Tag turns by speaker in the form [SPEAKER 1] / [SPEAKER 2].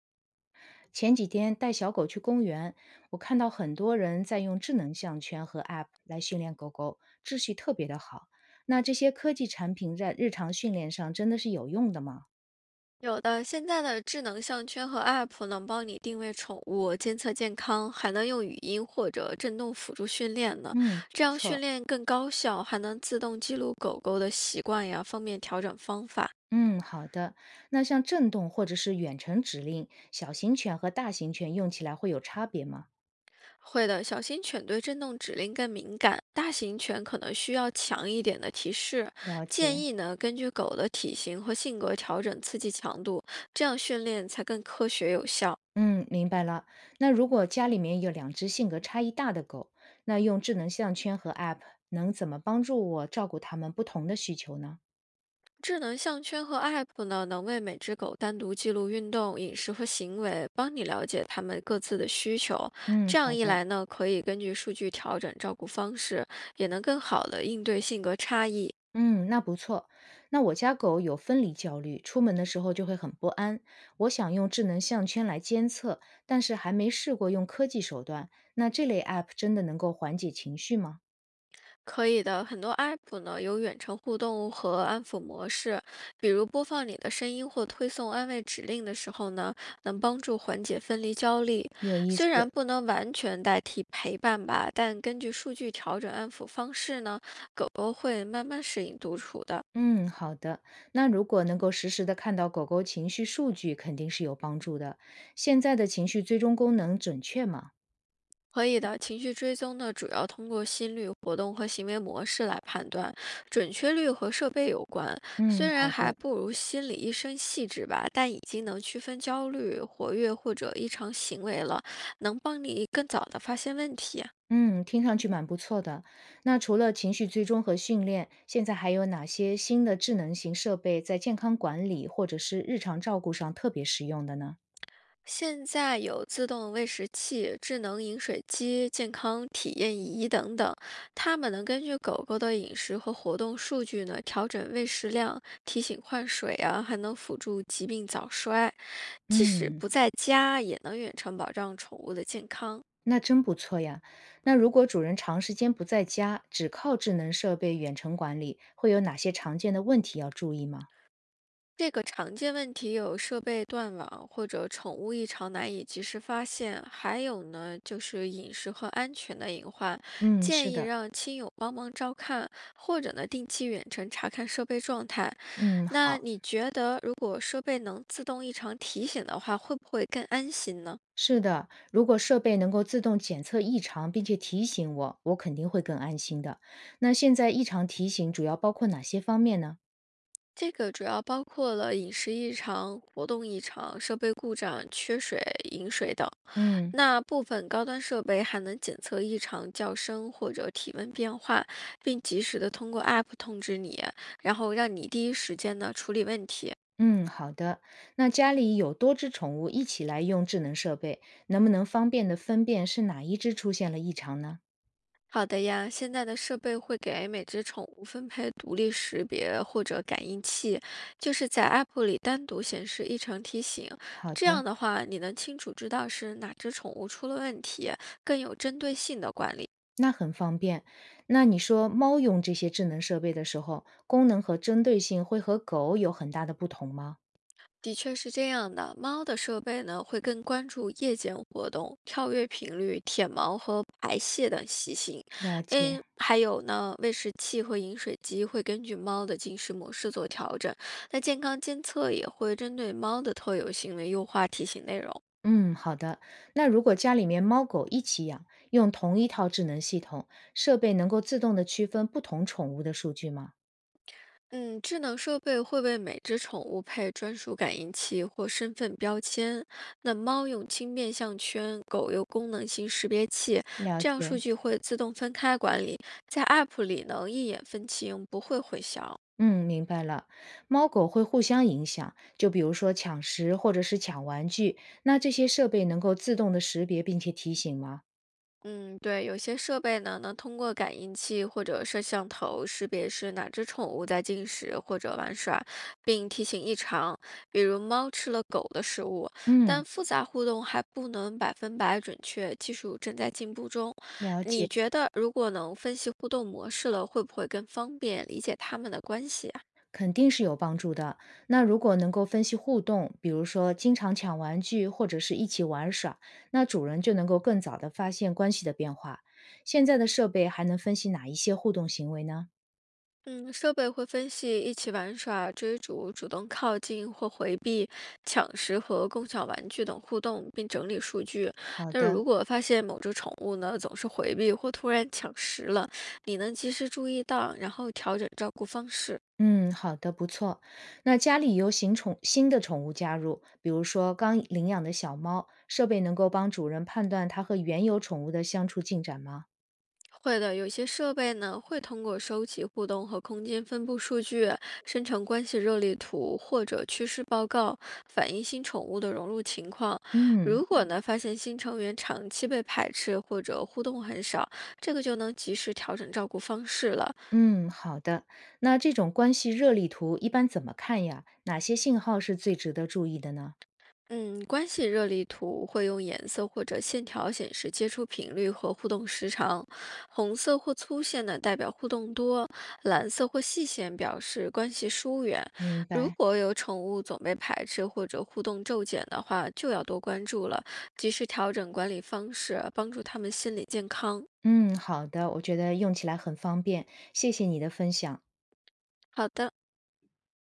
[SPEAKER 1] 前几天带小狗去公园，我看到很多人在用智能项圈和 App 来训练狗狗，秩序特别的好。那这些科技产品在日常训练上真的是有用的吗？
[SPEAKER 2] 有的，现在的智能项圈和 App 能帮你定位宠物、监测健康，还能用语音或者震动辅助训练呢。
[SPEAKER 1] 嗯，不
[SPEAKER 2] 这样训
[SPEAKER 1] 错。
[SPEAKER 2] 练更高效，还能自动记录狗狗的习惯呀，方便调整方法。
[SPEAKER 1] 嗯，好的。那像震动或者是远程指令，小型犬和大型犬用起来会有差别吗？
[SPEAKER 2] 会的，小型犬对震动指令更敏感，大型犬可能需要强一点的提示。
[SPEAKER 1] 了
[SPEAKER 2] 建
[SPEAKER 1] 解。
[SPEAKER 2] 议呢，根据狗的体型和性格调整刺激强度，这样训练才更科学有效。
[SPEAKER 1] 嗯，明白了。那如果家里面有两只性格差异大的狗，那用智能项圈和 App 能怎么帮助我照顾它们不同的需求呢？
[SPEAKER 2] 智能项圈和 App 呢，能为每只狗单独记录运动、饮食和行为，帮你了解它们各自的需求。
[SPEAKER 1] 嗯，
[SPEAKER 2] 这样
[SPEAKER 1] 好
[SPEAKER 2] 一
[SPEAKER 1] 的，
[SPEAKER 2] 来呢，可以根据数据调整照顾方式，也能更好的应对性格差异。
[SPEAKER 1] 嗯，那不错。那我家狗有分离焦虑，出门的时候就会很不安。我想用智能项圈来监测，但是还没试过用科技手段。那这类 app 真的能够缓解情绪吗？
[SPEAKER 2] 可以的，很多 app 呢有远程互动和安抚模式，比如播放你的声音或推送安慰指令的时候呢，能帮助缓解分离焦虑。
[SPEAKER 1] 有意
[SPEAKER 2] 虽然
[SPEAKER 1] 思。
[SPEAKER 2] 不能完全代替陪伴吧，但根据数据调整安抚方式呢，狗狗会慢慢适应独处的。
[SPEAKER 1] 嗯，好的。那如果能够实时的看到狗狗情绪数据，肯定是有帮助的。现在的情绪追踪功能准确吗？
[SPEAKER 2] 可以的，情绪追踪呢，主要通过心率、活动和行为模式来判断，准确率和设备有关。虽
[SPEAKER 1] 嗯，好
[SPEAKER 2] 然还
[SPEAKER 1] 的。
[SPEAKER 2] 不如心理医生细致吧，但已经能区分焦虑、活跃或者异常行为了，能帮你更早的发现问题。
[SPEAKER 1] 嗯，听上去蛮不错的。那除了情绪追踪和训练，现在还有哪些新的智能型设备在健康管理或者是日常照顾上特别实用的呢？
[SPEAKER 2] 现在有自动喂食器、智能饮水机、健康体验仪等等，它们能根据狗狗的饮食和活动数据呢，调整喂食量、提醒换水啊，还能辅助疾病早衰。即使
[SPEAKER 1] 嗯，
[SPEAKER 2] 不在家，也能远程保障宠物的健康。
[SPEAKER 1] 那真不错呀。那如果主人长时间不在家，只靠智能设备远程管理，会有哪些常见的问题要注意吗？
[SPEAKER 2] 这个常见问题有设备断网或者宠物异常难以及时发现，还有呢就是饮食和安全的隐患。
[SPEAKER 1] 嗯，是
[SPEAKER 2] 建议
[SPEAKER 1] 的，
[SPEAKER 2] 让亲友帮忙照看，或者呢定期远程查看设备状态。
[SPEAKER 1] 嗯，
[SPEAKER 2] 那
[SPEAKER 1] 好。
[SPEAKER 2] 你觉得如果设备能自动异常提醒的话，会不会更安心呢？
[SPEAKER 1] 是的，如果设备能够自动检测异常，并且提醒我，我肯定会更安心的。那现在异常提醒主要包括哪些方面呢？
[SPEAKER 2] 这个主要包括了饮食异常、活动异常、设备故障、缺水、饮水等。
[SPEAKER 1] 嗯
[SPEAKER 2] 那部分高端设备还能检测异常叫声或者体温变化，并及时的通过 App 通知你，然后让你第一时间呢处理问题。
[SPEAKER 1] 嗯，好的。那家里有多只宠物一起来用智能设备，能不能方便的分辨是哪一只出现了异常呢？
[SPEAKER 2] 好的呀，现在的设备会给每只宠物分配独立识别或者感应器，就是在 App 里单独显示异常提醒。
[SPEAKER 1] 好
[SPEAKER 2] 这
[SPEAKER 1] 的，
[SPEAKER 2] 样的话，你能清楚知道是哪只宠物出了问题，更有针对性的管理。
[SPEAKER 1] 那很方便。那你说猫用这些智能设备的时候，功能和针对性会和狗有很大的不同吗？
[SPEAKER 2] 的确是这样的，猫的设备呢会更关注夜间活动、跳跃频率、舔毛和排泄等习性。
[SPEAKER 1] 了
[SPEAKER 2] 嗯，
[SPEAKER 1] 解。
[SPEAKER 2] 还有呢，喂食器和饮水机会根据猫的进食模式做调整。那健康监测也会针对猫的特有行为优化提醒内容。
[SPEAKER 1] 嗯，好的。那如果家里面猫狗一起养，用同一套智能系统，设备能够自动的区分不同宠物的数据吗？
[SPEAKER 2] 嗯，智能设备会为每只宠物配专属感应器或身份标签。那猫用轻便项圈，狗用功能性识别器，
[SPEAKER 1] 了
[SPEAKER 2] 这样数
[SPEAKER 1] 解。
[SPEAKER 2] 据会自动分开管理，在 App 里能一眼分清，不会混淆。
[SPEAKER 1] 嗯，明白了。猫狗会互相影响，就比如说抢食或者是抢玩具，那这些设备能够自动的识别并且提醒吗？
[SPEAKER 2] 嗯，对，有些设备呢，能通过感应器或者摄像头识别是哪只宠物在进食或者玩耍，并提醒异常，比如猫吃了狗的食物。
[SPEAKER 1] 嗯，
[SPEAKER 2] 但复杂互动还不能百分百准确，技术正在进步中。
[SPEAKER 1] 了解，
[SPEAKER 2] 你觉得如果能分析互动模式了，会不会更方便理解它们的关系？
[SPEAKER 1] 肯定是有帮助的。那如果能够分析互动，比如说经常抢玩具或者是一起玩耍，那主人就能够更早的发现关系的变化。现在的设备还能分析哪一些互动行为呢？
[SPEAKER 2] 嗯，设备会分析一起玩耍、追逐、主动靠近或回避、抢食和共享玩具等互动，并整理数据。
[SPEAKER 1] 好
[SPEAKER 2] 但是
[SPEAKER 1] 的。
[SPEAKER 2] 如果发现某只宠物呢总是回避或突然抢食了，你能及时注意到，然后调整照顾方式。
[SPEAKER 1] 嗯，好的，不错。那家里有新宠新的宠物加入，比如说刚领养的小猫，设备能够帮主人判断它和原有宠物的相处进展吗？
[SPEAKER 2] 会的，有些设备呢会通过收集互动和空间分布数据，生成关系热力图或者趋势报告，反映新宠物的融入情况。
[SPEAKER 1] 嗯
[SPEAKER 2] 如果发现新成员长期被排斥或者互动很少，这个就能及时调整照顾方式了。
[SPEAKER 1] 嗯，好的。那这种关系热力图一般怎么看呀？哪些信号是最值得注意的呢？
[SPEAKER 2] 嗯，关系热力图会用颜色或者线条显示接触频率和互动时长，红色或粗线呢代表互动多，蓝色或细线表示关系疏远。
[SPEAKER 1] 明
[SPEAKER 2] 如
[SPEAKER 1] 白。
[SPEAKER 2] 果有宠物总被排斥或者互动骤减的话，就要多关注了，及时调整管理方式，帮助它们心理健康。
[SPEAKER 1] 嗯，好的，我觉得用起来很方便，谢谢你的分享。
[SPEAKER 2] 好的。